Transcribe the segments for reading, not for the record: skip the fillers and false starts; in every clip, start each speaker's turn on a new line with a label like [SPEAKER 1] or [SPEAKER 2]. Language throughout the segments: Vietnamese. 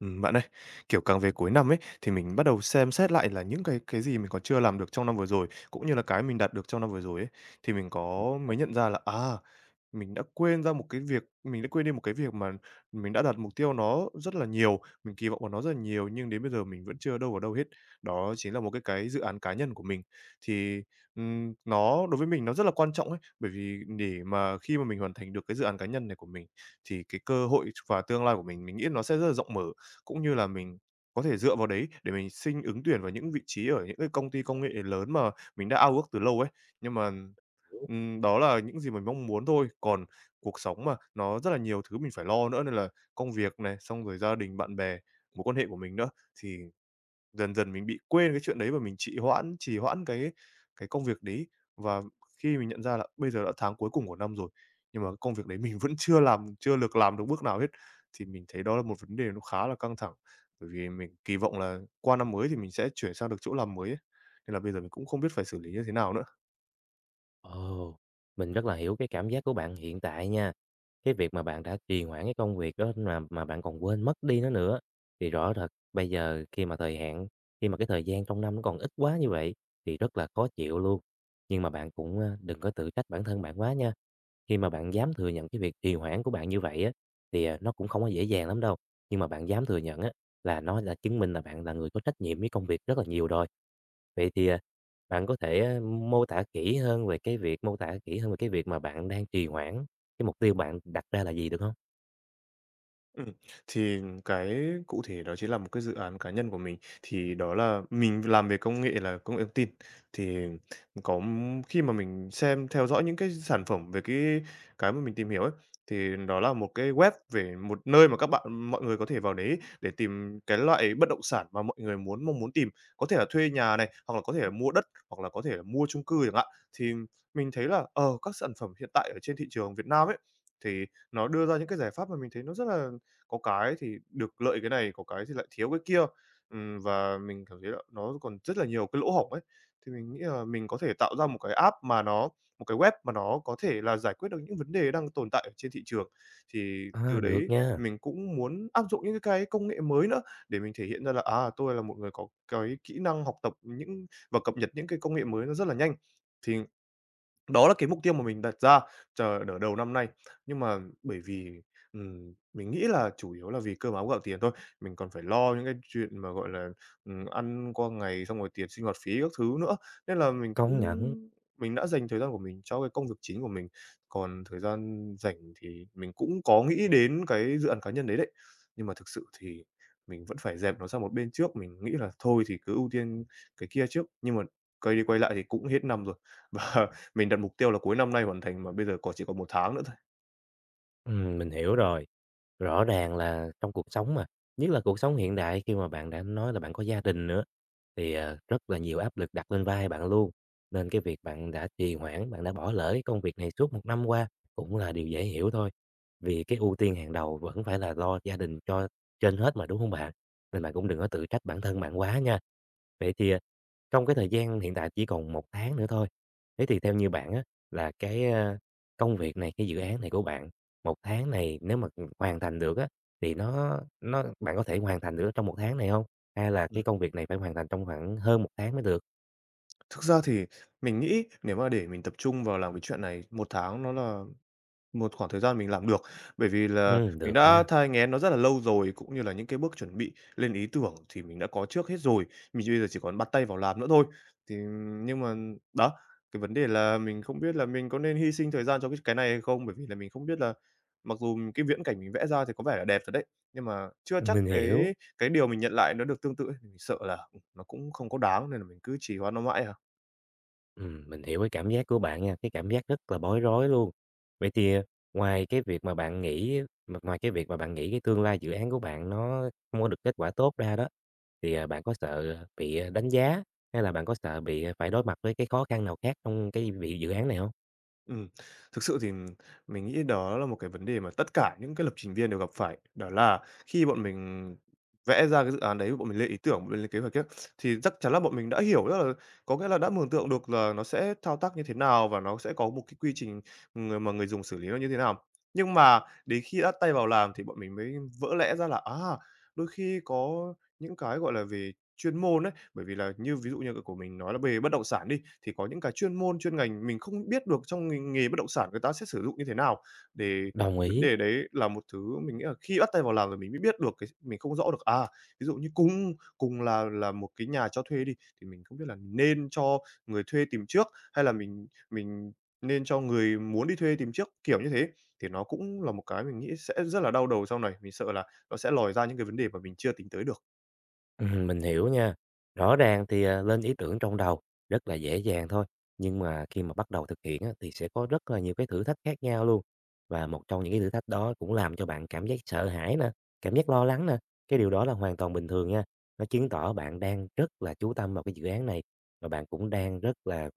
[SPEAKER 1] Bạn ơi, kiểu, càng về cuối năm ấy, thì mình bắt đầu xem xét lại là những cái gì mình còn chưa làm được trong năm vừa rồi, cũng như là cái mình đạt được trong năm vừa rồi ấy, thì mình có mới nhận ra là, mình đã quên đi một cái việc mà mình đã đặt mục tiêu nó rất là nhiều, mình kỳ vọng vào nó rất là nhiều, nhưng đến bây giờ mình vẫn chưa đâu vào đâu hết. Đó chính là một cái dự án cá nhân của mình. Thì, nó đối với mình nó rất là quan trọng ấy, bởi vì để mà khi mà mình hoàn thành được cái dự án cá nhân này của mình, thì cái cơ hội và tương lai của mình nghĩ nó sẽ rất là rộng mở, cũng như là mình có thể dựa vào đấy để mình xin ứng tuyển vào những vị trí ở những cái công ty công nghệ lớn mà mình đã ao ước từ lâu ấy. Nhưng mà,
[SPEAKER 2] Hiểu.
[SPEAKER 1] đó là những gì mình mong muốn thôi, còn cuộc sống mà, nó rất là nhiều thứ mình phải lo nữa, nên là công việc này, xong rồi gia đình, bạn bè, mối quan hệ của mình nữa, thì dần dần mình bị quên cái chuyện đấy và mình trì hoãn cái công việc đấy. Và khi mình nhận ra là bây giờ đã tháng cuối cùng của năm rồi, nhưng mà công việc đấy mình vẫn chưa được làm được bước nào hết, thì mình thấy đó là một vấn đề nó khá là căng thẳng. Bởi vì mình kỳ vọng là qua năm mới thì mình sẽ chuyển sang được chỗ làm mới ấy, nên là bây giờ mình cũng không biết phải xử lý như thế nào nữa.
[SPEAKER 2] Ồ, mình rất là hiểu cái cảm giác của bạn hiện tại nha. Cái việc mà bạn đã trì hoãn cái công việc đó mà bạn còn quên mất đi nó nữa, thì rõ thật bây giờ khi mà thời hạn, khi mà cái thời gian trong năm nó còn ít quá như vậy thì rất là khó chịu luôn. Nhưng mà bạn cũng, đừng có tự trách bản thân bạn quá nha. Khi mà bạn dám thừa nhận cái việc trì hoãn của bạn như vậy á, thì, nó cũng không có dễ dàng lắm đâu, nhưng mà bạn dám thừa nhận á, là nó là chứng minh là bạn là người có trách nhiệm với công việc rất là nhiều rồi. Vậy thì, bạn có thể, mô tả kỹ hơn về cái việc mà bạn đang trì hoãn, cái mục tiêu bạn đặt ra là gì được không?
[SPEAKER 1] Ừm, thì cái cụ thể đó chính là một cái dự án cá nhân của mình, thì đó là mình làm về công nghệ, là công nghệ thông tin. Thì khi mà mình xem, theo dõi những cái sản phẩm về cái mà mình tìm hiểu ấy, thì đó là một cái web về một nơi mà các bạn, mọi người có thể vào đấy để tìm cái loại bất động sản mà mọi người mong muốn tìm, có thể là thuê nhà này, hoặc là có thể là mua đất, hoặc là có thể là mua chung cư chẳng hạn. Thì mình thấy là, các sản phẩm hiện tại ở trên thị trường Việt Nam ấy, thì nó đưa ra những cái giải pháp mà mình thấy nó rất là có cái thì được lợi cái này, có cái thì lại thiếu cái kia. Và mình cảm thấy là nó còn rất là nhiều cái lỗ hổng ấy. Thì mình nghĩ là mình có thể tạo ra một cái web mà nó có thể là giải quyết được những vấn đề đang tồn tại ở trên thị trường. Thì từ
[SPEAKER 2] Được
[SPEAKER 1] đấy
[SPEAKER 2] nha,
[SPEAKER 1] mình cũng muốn áp dụng những cái công nghệ mới nữa, để mình thể hiện ra là, tôi là một người có cái kỹ năng học tập những và cập nhật những cái công nghệ mới nó rất là nhanh. Thì đó là cái mục tiêu mà mình đặt ra chờ nửa đầu năm nay, nhưng mà bởi vì, mình nghĩ là chủ yếu là vì cơm áo gạo tiền thôi. Mình còn phải lo những cái chuyện mà, gọi là, ăn qua ngày, xong rồi tiền sinh hoạt phí các thứ nữa, nên là
[SPEAKER 2] công nhận.
[SPEAKER 1] mình đã dành thời gian của mình cho cái công việc chính của mình, còn thời gian rảnh thì mình cũng có nghĩ đến cái dự án cá nhân đấy đấy. Nhưng mà thực sự thì mình vẫn phải dẹp nó sang một bên trước, mình nghĩ là thôi thì cứ ưu tiên cái kia trước, nhưng mà quay đi quay lại thì cũng hết năm rồi và mình đặt mục tiêu là cuối năm nay hoàn thành, mà bây giờ còn chỉ còn một tháng nữa thôi.
[SPEAKER 2] Mình hiểu rồi. Rõ ràng là trong cuộc sống mà, nhất là cuộc sống hiện đại khi mà bạn đã nói là bạn có gia đình nữa, thì, rất là nhiều áp lực đặt lên vai bạn luôn. Nên cái việc bạn đã trì hoãn, bạn đã bỏ lỡ cái công việc này suốt một năm qua cũng là điều dễ hiểu thôi, vì cái ưu tiên hàng đầu vẫn phải là lo gia đình cho trên hết mà, đúng không bạn? Nên bạn cũng đừng có tự trách bản thân bạn quá nha. Vậy thì, trong cái thời gian hiện tại chỉ còn một tháng nữa thôi, thế thì theo như bạn á, là cái, công việc này, cái dự án này của bạn, một tháng này nếu mà, hoàn thành được á, thì nó bạn có thể hoàn thành được trong một tháng này không? Hay là cái
[SPEAKER 1] Ừm.
[SPEAKER 2] công việc này phải hoàn thành trong khoảng hơn một tháng mới được?
[SPEAKER 1] Thực ra thì mình nghĩ nếu mà để mình tập trung vào làm cái chuyện này một tháng, nó là một khoảng thời gian mình làm được, bởi vì là mình
[SPEAKER 2] Được
[SPEAKER 1] đã
[SPEAKER 2] nha,
[SPEAKER 1] thai nghén nó rất là lâu rồi, cũng như là những cái bước chuẩn bị lên ý tưởng thì mình đã có trước hết rồi, mình bây giờ chỉ còn bắt tay vào làm nữa thôi. Thì nhưng mà đó, cái vấn đề là mình không biết là mình có nên hy sinh thời gian cho cái này hay không? Bởi vì là mình không biết là, mặc dù cái viễn cảnh mình vẽ ra thì có vẻ là đẹp rồi đấy, nhưng mà chưa chắc
[SPEAKER 2] mình hiểu,
[SPEAKER 1] cái điều mình nhận lại nó được tương tự ấy, mình sợ là, nó cũng không có đáng, nên là mình cứ trì hoãn nó mãi à.
[SPEAKER 2] mình hiểu cái cảm giác của bạn nha, cái cảm giác rất là bối rối luôn. Vậy thì, ngoài cái việc mà bạn nghĩ cái tương lai dự án của bạn nó không có được kết quả tốt ra đó, thì, bạn có sợ bị, đánh giá, hay là bạn có sợ bị, phải đối mặt với cái khó khăn nào khác trong cái vị dự án này không?
[SPEAKER 1] Ừm, Thực sự thì mình nghĩ đó là một cái vấn đề mà tất cả những cái lập trình viên đều gặp phải. Đó là khi bọn mình vẽ ra cái dự án đấy, bọn mình lên ý tưởng, bọn mình lên kế hoạch ấy, thì chắc chắn là bọn mình đã hiểu rất là, có nghĩa là đã mường tượng được là nó sẽ thao tác như thế nào, và nó sẽ có một cái quy trình người mà người dùng xử lý nó như thế nào. Nhưng mà đến khi đã tay vào làm thì bọn mình mới vỡ lẽ ra là, đôi khi có những cái, gọi là, về chuyên môn ấy, bởi vì là như ví dụ như của mình nói là về bất động sản đi, thì có những cái chuyên môn, chuyên ngành mình không biết được, trong ngành nghề bất động sản người ta sẽ sử dụng như thế nào. Để
[SPEAKER 2] Đồng
[SPEAKER 1] vấn
[SPEAKER 2] ý.
[SPEAKER 1] đề đấy là một thứ mình nghĩ là khi bắt tay vào làm rồi mình mới biết được cái mình không rõ được, ví dụ như cùng cùng là một cái nhà cho thuê đi, thì mình không biết là mình nên cho người thuê tìm trước, hay là mình nên cho người muốn đi thuê tìm trước, kiểu như thế. Thì nó cũng là một cái mình nghĩ sẽ rất là đau đầu sau này, mình sợ là nó sẽ lòi ra những cái vấn đề mà mình chưa tính tới được.
[SPEAKER 2] Mình hiểu nha. Rõ ràng thì, lên ý tưởng trong đầu rất là dễ dàng thôi, nhưng mà khi mà bắt đầu thực hiện á, thì sẽ có rất là nhiều cái thử thách khác nhau luôn. Và một trong những cái thử thách đó cũng làm cho bạn cảm giác sợ hãi nè, cảm giác lo lắng nè, cái điều đó là hoàn toàn bình thường nha. Nó chứng tỏ bạn đang rất là chú tâm vào cái dự án này, và bạn cũng đang rất là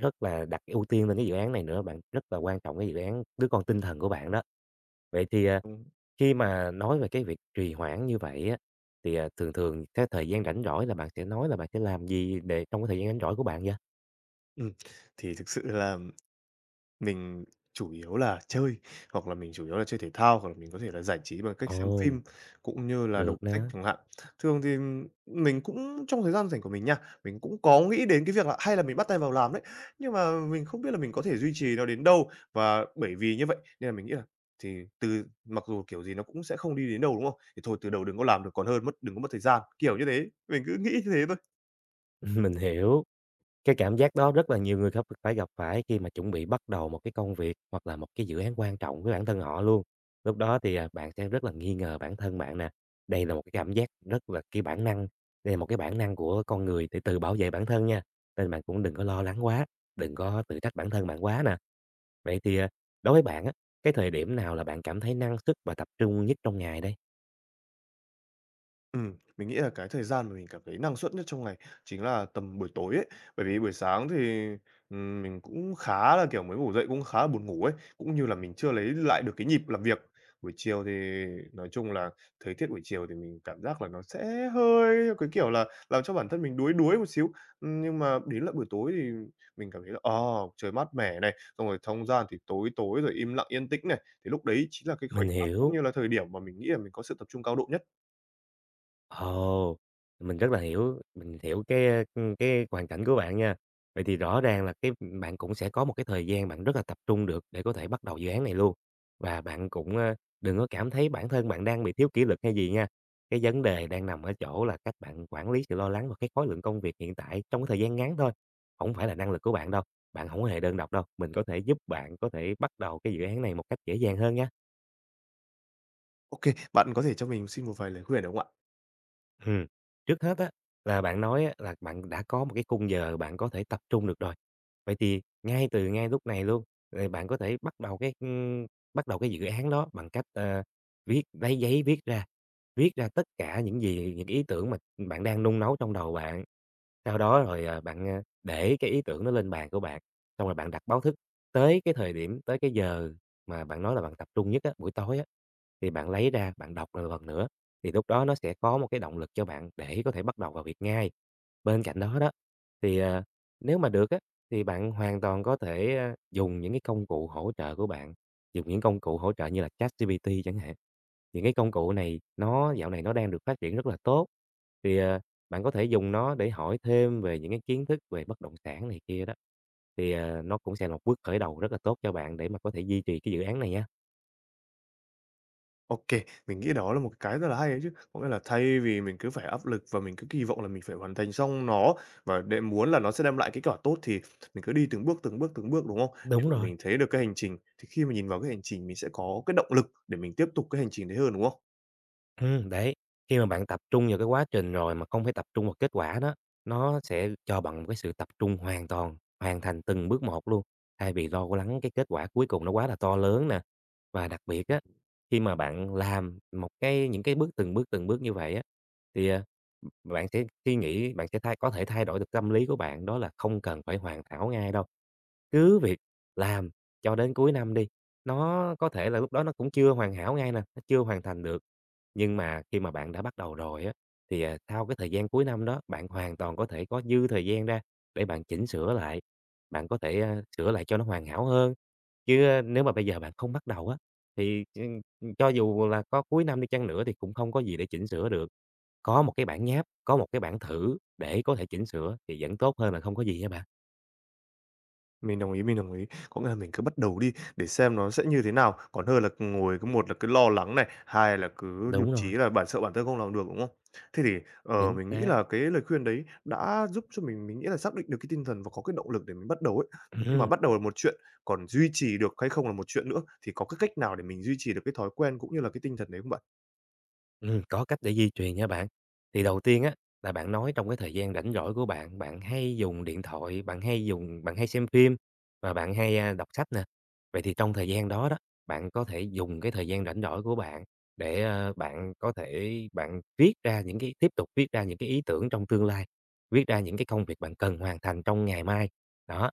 [SPEAKER 2] Rất là đặt ưu tiên lên cái dự án này nữa bạn, rất là quan trọng cái dự án đứa con tinh thần của bạn đó. Vậy thì,
[SPEAKER 1] Ừm,
[SPEAKER 2] khi mà nói về cái việc trì hoãn như vậy á, thì, thường thường cái thời gian rảnh rỗi là bạn sẽ nói là bạn sẽ làm gì để trong cái thời gian rảnh rỗi của bạn vậy?
[SPEAKER 1] ừm, thì thực sự là mình chủ yếu là chơi, hoặc là mình chủ yếu là chơi thể thao, hoặc là mình có thể là giải trí bằng cách xem
[SPEAKER 2] Ồ,
[SPEAKER 1] phim, cũng như là đọc
[SPEAKER 2] được
[SPEAKER 1] sách
[SPEAKER 2] nè,
[SPEAKER 1] chẳng hạn. Thường thì mình cũng, trong thời gian rảnh của mình nha, mình cũng có nghĩ đến cái việc là hay là mình bắt tay vào làm đấy, nhưng mà mình không biết là mình có thể duy trì nó đến đâu. Và bởi vì như vậy nên là mình nghĩ là, thì từ, mặc dù, kiểu gì, nó cũng sẽ không đi đến đâu, đúng không? Thì thôi từ đầu đừng có làm được còn hơn mất đừng có mất thời gian, kiểu như thế. Mình cứ nghĩ như thế thôi.
[SPEAKER 2] mình hiểu. Cái cảm giác đó rất là nhiều người gặp phải khi mà chuẩn bị bắt đầu một cái công việc hoặc là một cái dự án quan trọng với bản thân họ luôn. Lúc đó thì, bạn sẽ rất là nghi ngờ bản thân bạn nè. Đây là một cái cảm giác rất là cái bản năng, đây là một cái bản năng của con người để tự bảo vệ bản thân nha, nên bạn cũng đừng có lo lắng quá, đừng có tự trách bản thân bạn quá nè. Vậy thì, đối với bạn á, cái thời điểm nào là bạn cảm thấy năng suất và tập trung nhất trong ngày đây?
[SPEAKER 1] Mình nghĩ là cái thời gian mà mình cảm thấy năng suất nhất trong ngày chính là tầm buổi tối ấy. Bởi vì buổi sáng thì, mình cũng khá là, kiểu, mới ngủ dậy cũng khá là buồn ngủ ấy, cũng như là mình chưa lấy lại được cái nhịp làm việc. Buổi chiều thì nói chung là thời tiết buổi chiều thì mình cảm giác là nó sẽ hơi, theo cái kiểu là, làm cho bản thân mình đuối đuối một xíu. Nhưng mà đến lại buổi tối thì mình cảm thấy là, trời mát mẻ này, xong rồi không gian thì tối tối rồi im lặng yên tĩnh này, thì lúc đấy chính là cái khoảnh
[SPEAKER 2] Mình
[SPEAKER 1] khắc, cũng
[SPEAKER 2] hiểu.
[SPEAKER 1] như là thời điểm mà mình nghĩ là mình có sự tập trung cao độ nhất.
[SPEAKER 2] Ồ, mình hiểu cái hoàn cảnh của bạn nha. Vậy thì rõ ràng là bạn cũng sẽ có một cái thời gian bạn rất là tập trung được để có thể bắt đầu dự án này luôn. Và bạn cũng, đừng có cảm thấy bản thân bạn đang bị thiếu kỷ luật hay gì nha. Cái vấn đề đang nằm ở chỗ là cách bạn quản lý sự lo lắng và cái khối lượng công việc hiện tại trong cái thời gian ngắn thôi, không phải là năng lực của bạn đâu, bạn không hề đơn độc đâu. Mình có thể giúp bạn có thể bắt đầu cái dự án này một cách dễ dàng hơn nha.
[SPEAKER 1] OK, bạn có thể cho mình xin một vài lời khuyên được không ạ?
[SPEAKER 2] Ừm, Trước hết á, là bạn nói á, là bạn đã có một cái khung giờ bạn có thể tập trung được rồi. Vậy thì ngay lúc này luôn, rồi bạn có thể bắt đầu cái dự án đó bằng cách, lấy giấy viết ra tất cả những ý tưởng mà bạn đang nung nấu trong đầu bạn. Sau đó rồi, bạn, để cái ý tưởng nó lên bàn của bạn, xong rồi bạn đặt báo thức tới cái thời điểm, tới cái giờ mà bạn nói là bạn tập trung nhất á, buổi tối á, thì bạn lấy ra bạn đọc lại một lần nữa. Thì lúc đó nó sẽ có một cái động lực cho bạn để có thể bắt đầu vào việc ngay. Bên cạnh đó đó, thì, nếu mà được á, thì bạn hoàn toàn có thể, dùng những cái công cụ hỗ trợ của bạn, dùng những công cụ hỗ trợ như là ChatGPT chẳng hạn. Những cái công cụ này nó dạo này nó đang được phát triển rất là tốt, thì, bạn có thể dùng nó để hỏi thêm về những cái kiến thức về bất động sản này kia đó, thì, nó cũng sẽ là một bước khởi đầu rất là tốt cho bạn để mà có thể duy trì cái dự án này nha.
[SPEAKER 1] OK, mình nghĩ đó là một cái rất là hay đấy chứ. Có nghĩa là thay vì mình cứ phải áp lực và mình cứ kỳ vọng là mình phải hoàn thành xong nó, và để muốn là nó sẽ đem lại kết quả tốt, thì mình cứ đi từng bước, từng bước, từng bước, đúng không? Để
[SPEAKER 2] Đúng
[SPEAKER 1] mà
[SPEAKER 2] rồi.
[SPEAKER 1] mình thấy được cái hành trình, thì khi mà nhìn vào cái hành trình mình sẽ có cái động lực để mình tiếp tục cái hành trình đấy hơn, đúng không?
[SPEAKER 2] Đấy, khi mà bạn tập trung vào cái quá trình rồi mà không phải tập trung vào kết quả đó, nó sẽ cho bạn một cái sự tập trung hoàn toàn, hoàn thành từng bước một luôn, thay vì lo lắng cái kết quả cuối cùng nó quá là to lớn nè. Và đặc biệt á, khi mà bạn làm một cái những cái bước từng bước, từng bước như vậy á, thì, bạn sẽ suy nghĩ, bạn sẽ có thể thay đổi được tâm lý của bạn, đó là không cần phải hoàn hảo ngay đâu, cứ việc làm cho đến cuối năm đi, nó có thể là lúc đó nó cũng chưa hoàn hảo ngay nè, nó chưa hoàn thành được. Nhưng mà khi mà bạn đã bắt đầu rồi á, thì, sau cái thời gian cuối năm đó, bạn hoàn toàn có thể có dư thời gian ra để bạn chỉnh sửa lại, bạn có thể, sửa lại cho nó hoàn hảo hơn. Chứ, nếu mà bây giờ bạn không bắt đầu á, thì, cho dù là có cuối năm đi chăng nữa thì cũng không có gì để chỉnh sửa được. Có một cái bản nháp, có một cái bản thử để có thể chỉnh sửa thì vẫn tốt hơn là không có gì nha bạn.
[SPEAKER 1] Mình đồng ý, mình đồng ý. Có nghĩa là mình cứ bắt đầu đi để xem nó sẽ như thế nào, còn hơn là ngồi cứ một là cứ lo lắng này, hai là cứ nhụt
[SPEAKER 2] Đúng
[SPEAKER 1] chí
[SPEAKER 2] rồi,
[SPEAKER 1] là bản sợ bản thân không làm được, đúng không? Thế thì,
[SPEAKER 2] chính
[SPEAKER 1] mình nghĩ
[SPEAKER 2] xác.
[SPEAKER 1] là cái lời khuyên đấy đã giúp cho mình nghĩ là xác định được cái tinh thần và có cái động lực để mình bắt đầu ấy. Nhưng mà
[SPEAKER 2] Ừm,
[SPEAKER 1] bắt đầu là một chuyện, còn duy trì được hay không là một chuyện nữa, thì có cái cách nào để mình duy trì được cái thói quen cũng như là cái tinh thần đấy không bạn?
[SPEAKER 2] có cách để di truyền nha bạn. Thì đầu tiên á, là bạn nói trong cái thời gian rảnh rỗi của bạn, bạn hay dùng điện thoại, bạn hay xem phim và bạn hay, đọc sách nè. Vậy thì trong thời gian đó đó, bạn có thể dùng cái thời gian rảnh rỗi của bạn để, bạn có thể bạn viết ra những cái tiếp tục viết ra những cái ý tưởng trong tương lai, viết ra những cái công việc bạn cần hoàn thành trong ngày mai. Đó.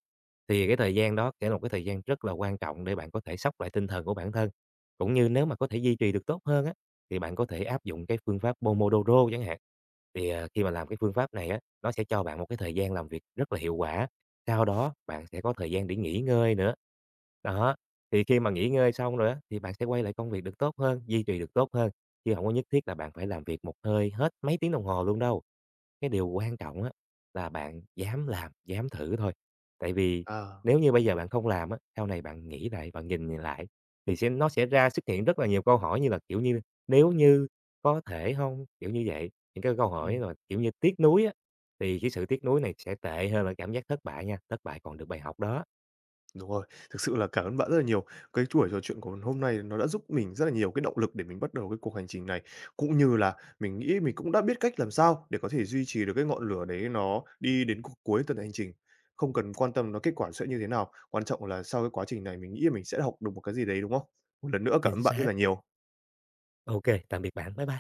[SPEAKER 2] Thì cái thời gian đó sẽ là một cái thời gian rất là quan trọng để bạn có thể xốc lại tinh thần của bản thân, cũng như nếu mà có thể duy trì được tốt hơn á, thì bạn có thể áp dụng cái phương pháp Pomodoro chẳng hạn. Thì, khi mà làm cái phương pháp này á, nó sẽ cho bạn một cái thời gian làm việc rất là hiệu quả, sau đó bạn sẽ có thời gian để nghỉ ngơi nữa. Đó, thì khi mà nghỉ ngơi xong rồi á, thì bạn sẽ quay lại công việc được tốt hơn, duy trì được tốt hơn, chứ không có nhất thiết là bạn phải làm việc một hơi hết mấy tiếng đồng hồ luôn đâu. Cái điều quan trọng á là bạn dám làm, dám thử thôi. Tại vì
[SPEAKER 1] À.
[SPEAKER 2] nếu như bây giờ bạn không làm á, sau này bạn nghĩ lại, bạn nhìn nhìn lại thì sẽ nó sẽ ra xuất hiện rất là nhiều câu hỏi như là, kiểu như, "Nếu như, có thể không?" Kiểu như vậy, những cái câu hỏi mà, kiểu như, tiếc nuối á, thì cái sự tiếc nuối này sẽ tệ hơn là cảm giác thất bại nha, thất bại còn được bài học đó.
[SPEAKER 1] Đúng rồi, thực sự là cảm ơn bạn rất là nhiều. Cái buổi trò chuyện của hôm nay nó đã giúp mình rất là nhiều cái động lực để mình bắt đầu cái cuộc hành trình này, cũng như là mình nghĩ mình cũng đã biết cách làm sao để có thể duy trì được cái ngọn lửa đấy nó đi đến cuối tuần hành trình. Không cần quan tâm nó kết quả sẽ như thế nào, quan trọng là sau cái quá trình này mình nghĩ mình sẽ học được một cái gì đấy, đúng không? Một lần nữa cảm
[SPEAKER 2] Chính
[SPEAKER 1] ơn bạn rất
[SPEAKER 2] xác.
[SPEAKER 1] là nhiều.
[SPEAKER 2] OK, tạm biệt bạn. Bye bye.